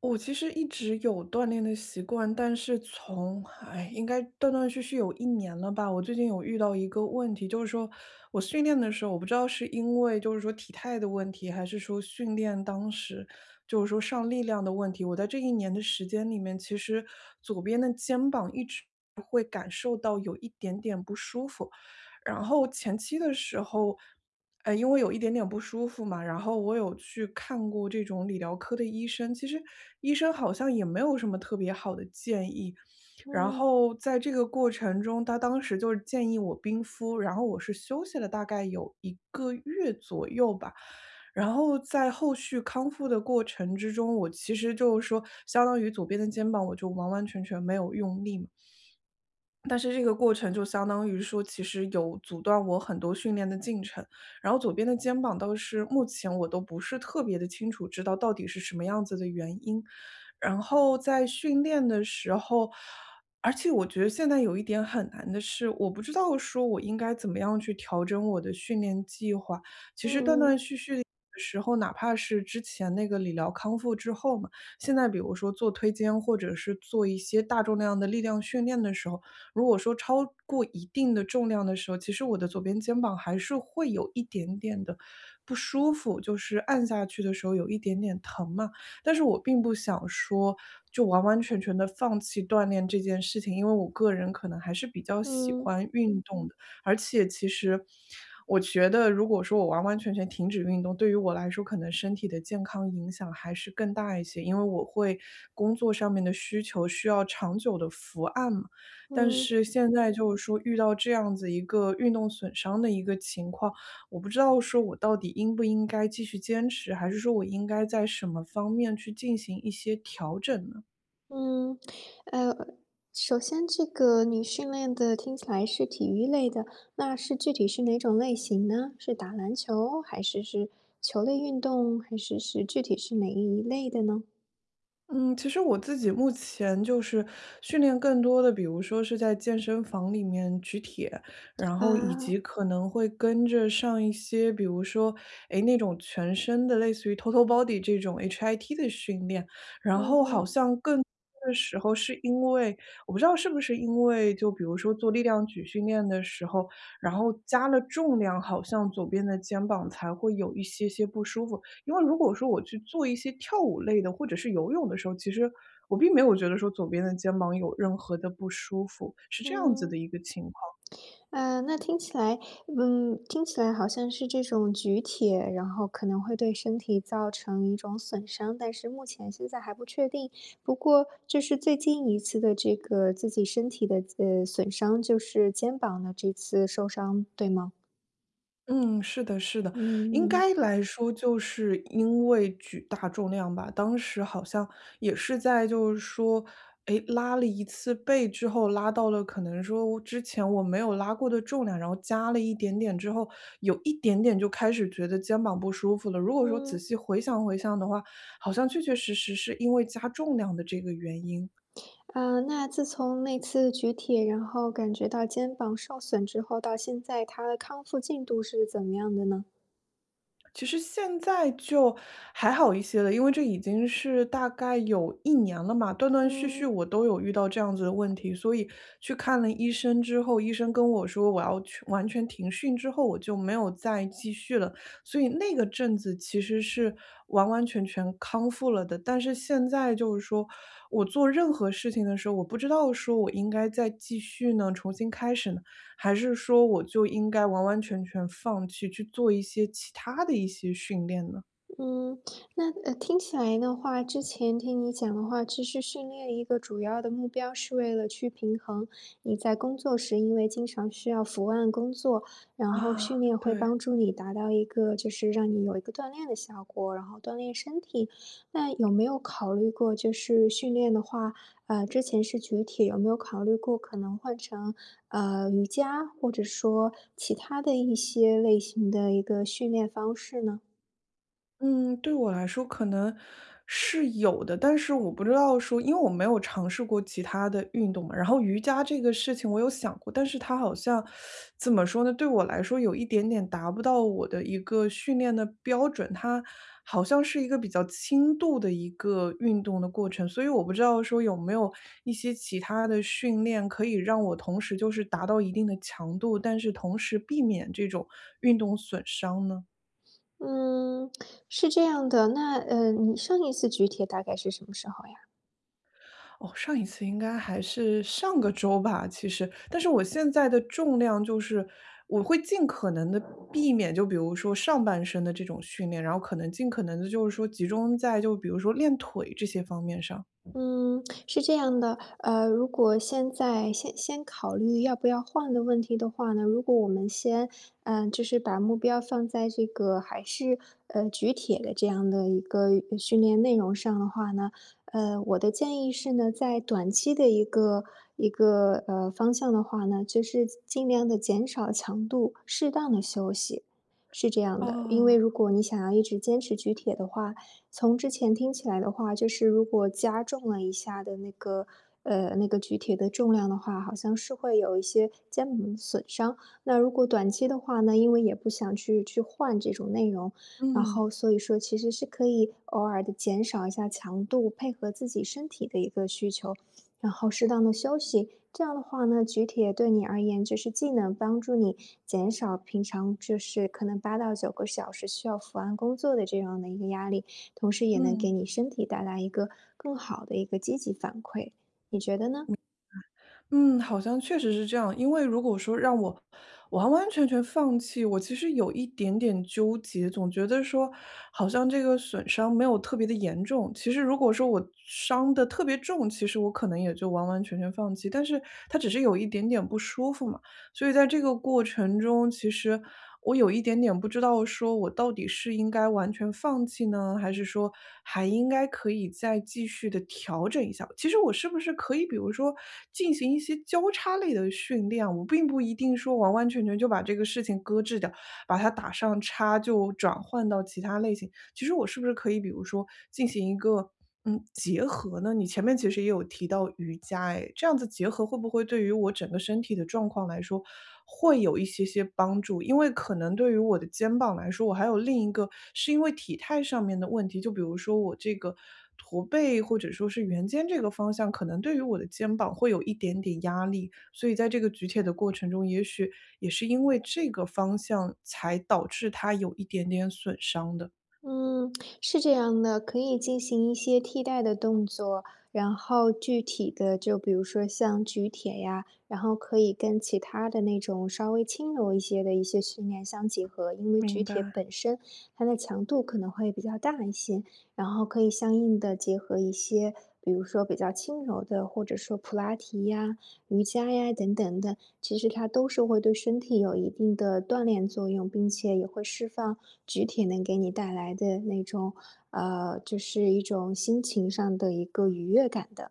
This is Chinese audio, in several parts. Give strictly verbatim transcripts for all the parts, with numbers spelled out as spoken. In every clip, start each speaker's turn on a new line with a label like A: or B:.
A: 我其实一直有锻炼的习惯，但是从，哎，应该断断续续有一年了吧。我最近有遇到一个问题，就是说我训练的时候，我不知道是因为就是说体态的问题，还是说训练当时就是说上力量的问题。我在这一年的时间里面，其实左边的肩膀一直会感受到有一点点不舒服。然后前期的时候，呃，因为有一点点不舒服嘛，然后我有去看过这种理疗科的医生，其实医生好像也没有什么特别好的建议。然
B: 嗯
A: 后在这个过程中，他当时就是建议我冰敷，然后我是休息了大概有一个月左右吧。然后在后续康复的过程之中，我其实就是说，相当于左边的肩膀我就完完全全没有用力嘛。但是这个过程就相当于说，其实有阻断我很多训练的进程。然后左边的肩膀倒是目前我都不是特别的清楚，知道到底是什么样子的原因。然后在训练的时候，而且我觉得现在有一点很难的是，我不知道说我应该怎么样去调整我的训练计划。其实断断
B: 嗯
A: 续续。的时候，哪怕是之前那个理疗康复之后嘛，现在比如说做推肩或者是做一些大重量的力量训练的时候，如果说超过一定的重量的时候，其实我的左边肩膀还是会有一点点的不舒服，就是按下去的时候有一点点疼嘛。但是我并不想说就完完全全的放弃锻炼这件事情，因为我个人可能还是比较喜
B: 嗯
A: 欢运动的，而且其实。我觉得，如果说我完完全全停止运动，对于我来说，可能身体的健康影响还是更大一些，因为我会工作上面的需求需要长久的伏案嘛。但
B: 嗯
A: 是现在就是说遇到这样子一个运动损伤的一个情况，我不知道说我到底应不应该继续坚持，还是说我应该在什么方面去进行一些调整呢？
B: 嗯，呃，首先这个你训练的听起来是体育类的，那是具体是哪种类型呢？是打篮球，还是是球类运动，还是是具体是哪一类的呢？
A: 嗯，其实我自己目前就是训练更多的，比如说是在健身房里面举铁，然后以
B: 啊，
A: 及可能会跟着上一些，比如说，诶，那种全身的类似于 total body 这种 H I T 的训练，然
B: 嗯
A: 后好
B: 哼，
A: 像更多的时候是因为我不知道是不是因为就比如说做力量举训练的时候，然后加了重量，好像左边的肩膀才会有一些些不舒服。因为如果说我去做一些跳舞类的或者是游泳的时候，其实我并没有觉得说左边的肩膀有任何的不舒服，是这样子
B: 嗯。
A: 的一个情况。
B: 嗯，那听起来，嗯，听起来好像是这种举铁，然后可能会对身体造成一种损伤，但是目前现在还不确定。不过，就是最近一次的这个自己身体的呃损伤，就是肩膀的这次受伤，对吗？
A: 嗯，是的，是的，应
B: 嗯
A: 该来说就是因为举大重量吧，当时好像也是在就是说，诶，拉了一次背之后，拉到了可能说我之前我没有拉过的重量，然后加了一点点之后，有一点点就开始觉得肩膀不舒服了。如果说仔
B: 嗯。
A: 细回想回想的话，好像确确实实是因为加重量的这个原因。
B: 啊，那自从那次举铁，然后感觉到肩膀受损之后，到现在他的康复进度是怎么样的呢？
A: 其实现在就还好一些了，因为这已经是大概有一年了嘛，断断续续
B: 嗯。
A: 我都有遇到这样子的问题。所以去看了医生之后，医生跟我说我要去完全停训之后，我就没有再继续了。所以那个阵子其实是完完全全康复了的。但是现在就是说，我做任何事情的时候，我不知道说我应该再继续呢，重新开始呢，还是说我就应该完完全全放弃，去做一些其他的一些训练呢？
B: 嗯，那呃，听起来的话，之前听你讲的话，其实训练一个主要的目标是为了去平衡你在工作时，因为经常需要伏案工作，然后
A: 啊，
B: 训练会
A: 对。
B: 帮助你达到一个就是让你有一个锻炼的效果，然后锻炼身体。那有没有考虑过，就是训练的话，呃，之前是举铁，有没有考虑过可能换成呃瑜伽，或者说其他的一些类型的一个训练方式呢？
A: 嗯，对我来说可能是有的，但是我不知道说，因为我没有尝试过其他的运动嘛。然后瑜伽这个事情我有想过，但是它好像怎么说呢？对我来说有一点点达不到我的一个训练的标准，它好像是一个比较轻度的一个运动的过程，所以我不知道说有没有一些其他的训练可以让我同时就是达到一定的强度，但是同时避免这种运动损伤呢？
B: 嗯，是这样的，那，呃，你上一次举铁大概是什么时候呀？
A: 哦，上一次应该还是上个周吧，其实，但是我现在的重量就是，我会尽可能的避免，就比如说上半身的这种训练，然后可能尽可能的就是说集中在就比如说练腿这些方面上。
B: 嗯，是这样的，呃，如果现在先先考虑要不要换的问题的话呢，如果我们先，嗯、就是把目标放在这个还是呃举铁的这样的一个呃训练内容上的话呢，呃，我的建议是呢，在短期的一个一个呃方向的话呢，就是尽量的减少强度，适当的休息，是这样的，因为
A: 哦，
B: 如果你想要一直坚持举铁的话，从之前听起来的话，就是如果加重了一下的那个，呃，那个举铁的重量的话，好像是会有一些肩膀损伤。那如果短期的话呢，因为也不想去去换这种内容，然
A: 嗯，
B: 后所以说其实是可以偶尔的减少一下强度，配合自己身体的一个需求，然后适当的休息。这样的话呢，举铁对你而言就是既能帮助你减少平常就是可能八到九个小时需要伏案工作的这样的一个压力，同时也能给
A: 嗯。
B: 你身体带来一个更好的一个积极反馈，你觉得呢？
A: 嗯，好像确实是这样。因为如果说让我完完全全放弃，我其实有一点点纠结，总觉得说好像这个损伤没有特别的严重。其实如果说我伤的特别重，其实我可能也就完完全全放弃，但是它只是有一点点不舒服嘛。所以在这个过程中，其实我有一点点不知道，说我到底是应该完全放弃呢，还是说还应该可以再继续的调整一下？其实我是不是可以，比如说进行一些交叉类的训练啊我并不一定说完完全全就把这个事情搁置掉，把它打上叉，就转换到其他类型。其实我是不是可以比如说进行一个嗯结合呢？你前面其实也有提到瑜伽，哎，这样子结合会不会对于我整个身体的状况来说会有一些些帮助？因为可能对于我的肩膀来说，我还有另一个是因为体态上面的问题，就比如说我这个。驼背或者说是圆肩这个方向，可能对于我的肩膀会有一点点压力，所以在这个举铁的过程中，也许也是因为这个方向才导致它有一点点损伤的。
B: 嗯，是这样的，可以进行一些替代的动作，然后具体的就比如说像举铁呀，然后可以跟其他的那种稍微轻柔一些的一些训练相结合，因为举
A: 明
B: 铁
A: 白，
B: 本身它的强度可能会比较大一些，然后可以相应的结合一些，比如说比较轻柔的，或者说普拉提呀，瑜伽呀等等的，其实它都是会对身体有一定的锻炼作用，并且也会释放举铁能给你带来的那种，呃，就是一种心情上的一个愉悦感的。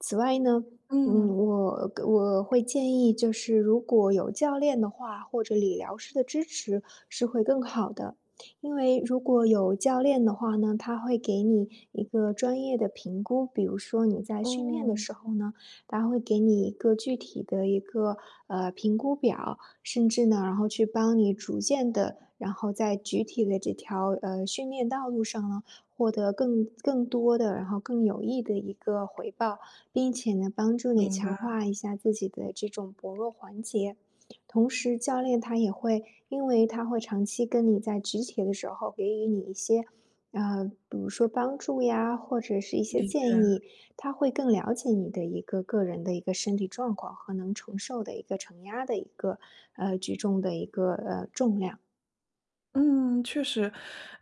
B: 此外呢，嗯，
A: 嗯，
B: 我我会建议就是如果有教练的话，或者理疗师的支持是会更好的。因为如果有教练的话呢，他会给你一个专业的评估，比如说你在训练的
A: 哦，
B: 时候呢，他会给你一个具体的一个呃评估表，甚至呢，然后去帮你逐渐的，然后在具体的这条呃训练道路上呢，获得更更多的，然后更有益的一个回报。并且呢，帮助你
A: 明白，
B: 强化一下自己的这种薄弱环节。同时，教练他也会，因为他会长期跟你在举铁的时候给予你一些，呃，比如说帮助呀，或者是一些
A: 理
B: 建
A: 解。
B: 议，他会更了解你的一个个人的一个身体状况和能承受的一个承压的一个呃举重的一个呃重量。
A: 嗯，确实，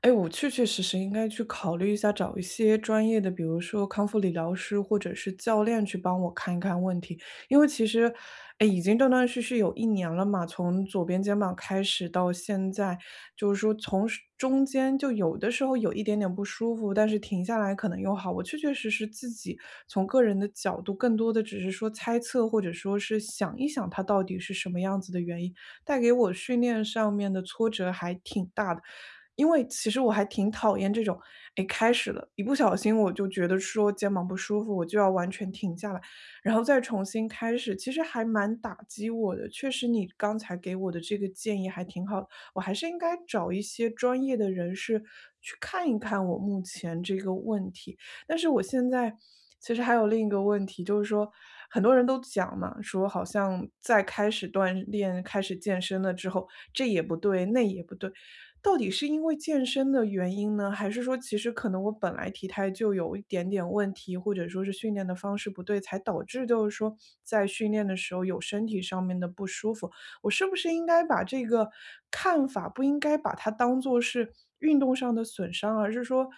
A: 哎，我确确实实应该去考虑一下，找一些专业的，比如说康复理疗师或者是教练去帮我看一看问题。因为其实，哎，已经断断续续有一年了嘛，从左边肩膀开始到现在，就是说从是中间就有的时候有一点点不舒服，但是停下来可能又好。我确确实实自己从个人的角度，更多的只是说猜测，或者说是想一想它到底是什么样子的原因。带给我训练上面的挫折还挺大的。因为其实我还挺讨厌这种，哎，开始了，一不小心我就觉得说肩膀不舒服，我就要完全停下来，然后再重新开始，其实还蛮打击我的。确实，你刚才给我的这个建议还挺好的，我还是应该找一些专业的人士去看一看我目前这个问题。但是我现在其实还有另一个问题，就是说很多人都讲嘛，说好像在开始锻炼、开始健身了之后，这也不对，那也不对。到底是因为健身的原因呢，还是说其实可能我本来体态就有一点点问题，或者说是训练的方式不对，才导致就是说在训练的时候有身体上面的不舒服？我是不是应该把这个看法不应该把它当做是运动上的损伤，而是说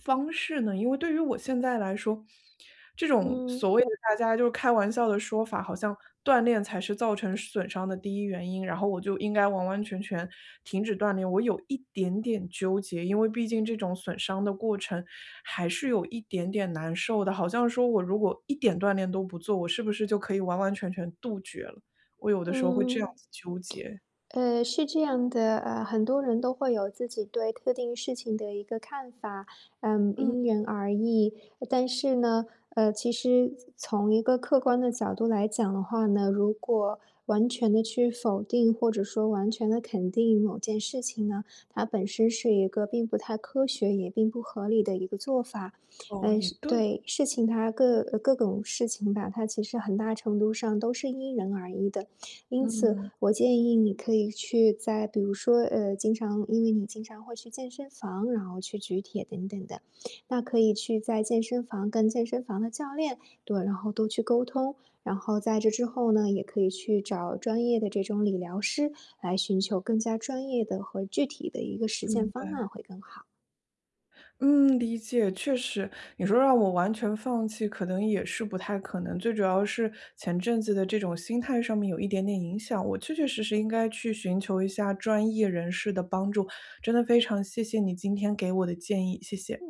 A: 方式呢？因为对于我现在来说，这种所
B: 嗯
A: 谓的大家就是开玩笑的说法，好像锻炼才是造成损伤的第一原因，然后我就应该完完全全停止锻炼，我有一点点纠结，因为毕竟这种损伤的过程还是有一点点难受的，好像说我如果一点锻炼都不做，我是不是就可以完完全全杜绝了？我有的时候会这样
B: 嗯。
A: 子纠结。
B: 呃，是这样的，呃，很多人都会有自己对特定事情的一个看法，嗯，
A: 嗯，
B: 因人而异。但是呢，呃，其实从一个客观的角度来讲的话呢，如果完全的去否定或者说完全的肯定某件事情呢，它本身是一个并不太科学也并不合理的一个做法。
A: 哦，
B: 嗯，
A: 也
B: 是
A: 对，
B: 对事情它各呃各种事情吧，它其实很大程度上都是因人而异的。因此，
A: 嗯，
B: 我建议你可以去在比如说，呃，经常因为你经常会去健身房，然后去举铁等等的，那可以去在健身房跟健身房的教练，对，然后多去沟通。然后在这之后呢，也可以去找专业的这种理疗师来寻求更加专业的和具体的一个实践
A: 明
B: 方
A: 白。
B: 案会更好。
A: 嗯，理解，确实，你说让我完全放弃，可能也是不太可能。最主要是前阵子的这种心态上面有一点点影响，我确确实实应该去寻求一下专业人士的帮助。真的非常谢谢你今天给我的建议，谢谢。